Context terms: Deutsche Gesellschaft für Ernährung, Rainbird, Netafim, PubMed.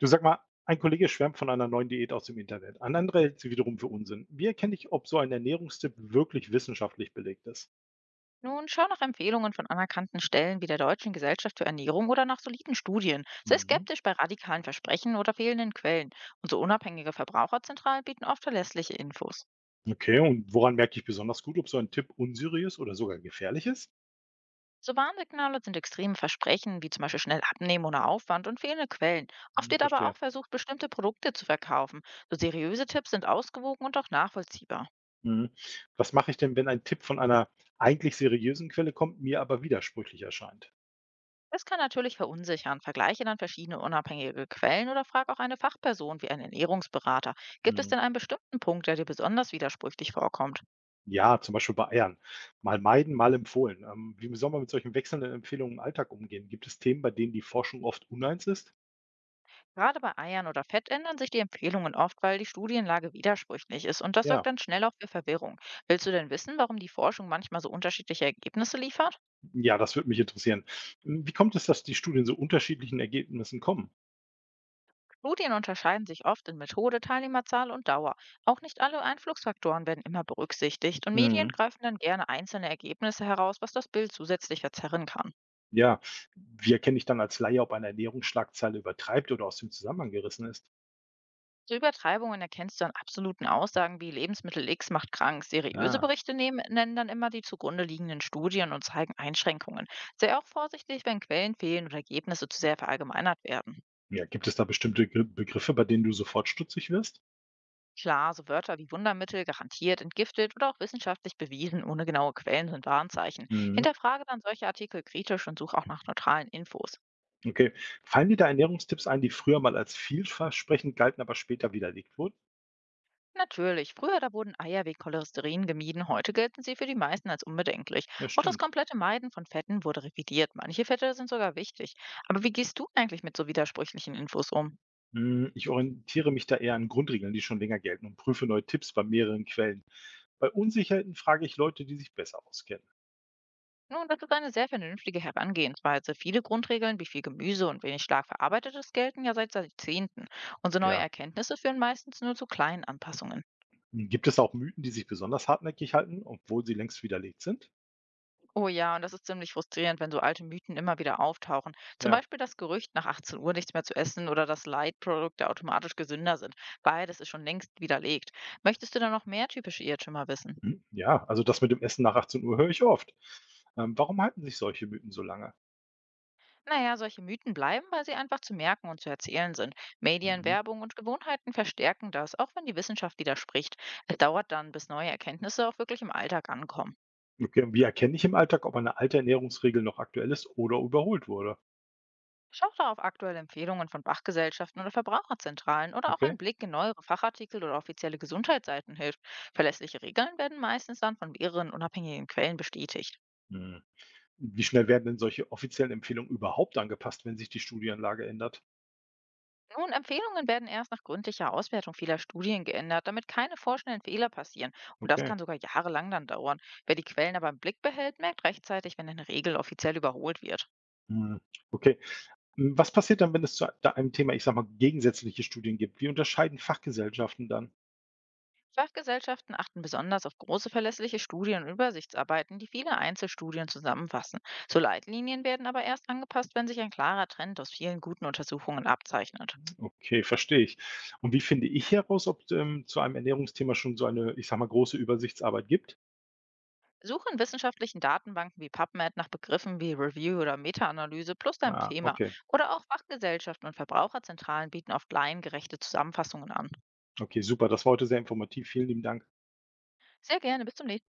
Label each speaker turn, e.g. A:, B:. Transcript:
A: Du, sag mal, ein Kollege schwärmt von einer neuen Diät aus dem Internet. Ein anderer hält sie wiederum für Unsinn. Wie erkenne ich, ob so ein Ernährungstipp wirklich wissenschaftlich belegt ist?
B: Nun schau nach Empfehlungen von anerkannten Stellen wie der Deutschen Gesellschaft für Ernährung oder nach soliden Studien. Sei
A: Mhm.
B: skeptisch bei radikalen Versprechen oder fehlenden Quellen. Und so unabhängige Verbraucherzentralen bieten oft verlässliche Infos.
A: Okay, und woran merke ich besonders gut, ob so ein Tipp unseriös oder sogar gefährlich ist?
B: So Warnsignale sind extreme Versprechen, wie zum Beispiel schnell abnehmen ohne Aufwand und fehlende Quellen. Oft
A: Hm,
B: wird aber
A: verstehe.
B: auch versucht, bestimmte Produkte zu verkaufen. So seriöse Tipps sind ausgewogen und auch nachvollziehbar.
A: Mhm. Was mache ich denn, wenn ein Tipp von einer eigentlich seriösen Quelle kommt, mir aber widersprüchlich erscheint?
B: Es kann natürlich verunsichern. Vergleiche dann verschiedene unabhängige Quellen oder frag auch eine Fachperson wie einen Ernährungsberater. Gibt es
A: Mhm.
B: denn einen bestimmten Punkt, der dir besonders widersprüchlich vorkommt?
A: Ja, zum Beispiel bei Eiern. Mal meiden, mal empfohlen. Wie soll man mit solchen wechselnden Empfehlungen im Alltag umgehen? Gibt es Themen, bei denen die Forschung oft uneins ist?
B: Gerade bei Eiern oder Fett ändern sich die Empfehlungen oft, weil die Studienlage widersprüchlich ist und das sorgt
A: Ja.
B: dann schnell auch für Verwirrung. Willst du denn wissen, warum die Forschung manchmal so unterschiedliche Ergebnisse liefert?
A: Ja, das würde mich interessieren. Wie kommt es, dass die Studien so unterschiedlichen Ergebnissen kommen?
B: Studien unterscheiden sich oft in Methode, Teilnehmerzahl und Dauer. Auch nicht alle Einflussfaktoren werden immer berücksichtigt und Medien
A: Mhm.
B: greifen dann gerne einzelne Ergebnisse heraus, was das Bild zusätzlich verzerren kann.
A: Ja, wie erkenne ich dann als Laie, ob eine Ernährungsschlagzeile übertreibt oder aus dem Zusammenhang gerissen ist?
B: So Übertreibungen erkennst du an absoluten Aussagen wie Lebensmittel X macht krank. Seriöse
A: Ah.
B: Berichte nehmen, nennen dann immer die zugrunde liegenden Studien und zeigen Einschränkungen. Sei auch vorsichtig, wenn Quellen fehlen oder Ergebnisse zu sehr verallgemeinert werden.
A: Ja, gibt es da bestimmte Begriffe, bei denen du sofort stutzig wirst?
B: Klar, so Wörter wie Wundermittel, garantiert, entgiftet oder auch wissenschaftlich bewiesen ohne genaue Quellen sind Warnzeichen.
A: Mhm.
B: Hinterfrage dann solche Artikel kritisch und such auch nach neutralen Infos.
A: Okay. Fallen dir da Ernährungstipps ein, die früher mal als vielversprechend galten, aber später widerlegt wurden?
B: Natürlich, früher da wurden Eier wegen Cholesterin gemieden, heute gelten sie für die meisten als unbedenklich.
A: Ja,
B: Auch das
A: stimmt.
B: komplette Meiden von Fetten wurde revidiert. Manche Fette sind sogar wichtig. Aber wie gehst du eigentlich mit so widersprüchlichen Infos um?
A: Mhm. Ich orientiere mich da eher an Grundregeln, die schon länger gelten und prüfe neue Tipps bei mehreren Quellen. Bei Unsicherheiten frage ich Leute, die sich besser auskennen.
B: Nun, das ist eine sehr vernünftige Herangehensweise. Viele Grundregeln wie viel Gemüse und wenig stark verarbeitetes gelten ja seit Jahrzehnten. Unsere neue
A: Ja.
B: Erkenntnisse führen meistens nur zu kleinen Anpassungen.
A: Gibt es auch Mythen, die sich besonders hartnäckig halten, obwohl sie längst widerlegt sind?
B: Oh ja, und das ist ziemlich frustrierend, wenn so alte Mythen immer wieder auftauchen. Zum
A: Ja.
B: Beispiel das Gerücht, nach 18 Uhr nichts mehr zu essen oder dass Light-Produkte automatisch gesünder sind. Beides ist schon längst widerlegt. Möchtest du da noch mehr typische Irrtümer wissen?
A: Hm, ja, also das mit dem Essen nach 18 höre ich oft. Warum halten sich solche Mythen so lange?
B: Naja, solche Mythen bleiben, weil sie einfach zu merken und zu erzählen sind. Medien,
A: Mhm.
B: Werbung und Gewohnheiten verstärken das, auch wenn die Wissenschaft widerspricht. Es dauert dann, bis neue Erkenntnisse auch wirklich im Alltag ankommen.
A: Okay, und wie erkenne ich im Alltag, ob eine alte Ernährungsregel noch aktuell ist oder überholt wurde?
B: Schaut da auf aktuelle Empfehlungen von Fachgesellschaften oder Verbraucherzentralen oder auch ein
A: Okay.
B: Blick in neuere Fachartikel oder offizielle Gesundheitsseiten hilft. Verlässliche Regeln werden meistens dann von mehreren unabhängigen Quellen bestätigt.
A: Mhm. Wie schnell werden denn solche offiziellen Empfehlungen überhaupt angepasst, wenn sich die Studienlage ändert?
B: Nun, Empfehlungen werden erst nach gründlicher Auswertung vieler Studien geändert, damit keine vorschnellen Fehler passieren. Und das
A: Okay.
B: kann sogar jahrelang dann dauern. Wer die Quellen aber im Blick behält, merkt rechtzeitig, wenn eine Regel offiziell überholt wird.
A: Mhm. Okay. Hm, was passiert dann, wenn es zu einem Thema, ich sag mal, gegensätzliche Studien gibt? Wie unterscheiden Fachgesellschaften dann?
B: Fachgesellschaften achten besonders auf große verlässliche Studien und Übersichtsarbeiten, die viele Einzelstudien zusammenfassen. So Leitlinien werden aber erst angepasst, wenn sich ein klarer Trend aus vielen guten Untersuchungen abzeichnet.
A: Okay, verstehe ich. Und wie finde ich heraus, ob zu einem Ernährungsthema schon so eine, ich sag mal, große Übersichtsarbeit gibt?
B: Suche in wissenschaftlichen Datenbanken wie PubMed nach Begriffen wie Review oder Meta-Analyse plus deinem
A: Ah,
B: Thema.
A: okay.
B: Oder auch Fachgesellschaften und Verbraucherzentralen bieten oft laiengerechte Zusammenfassungen an.
A: Okay, super. Das war heute sehr informativ. Vielen lieben Dank.
B: Sehr gerne, bis zum nächsten Mal.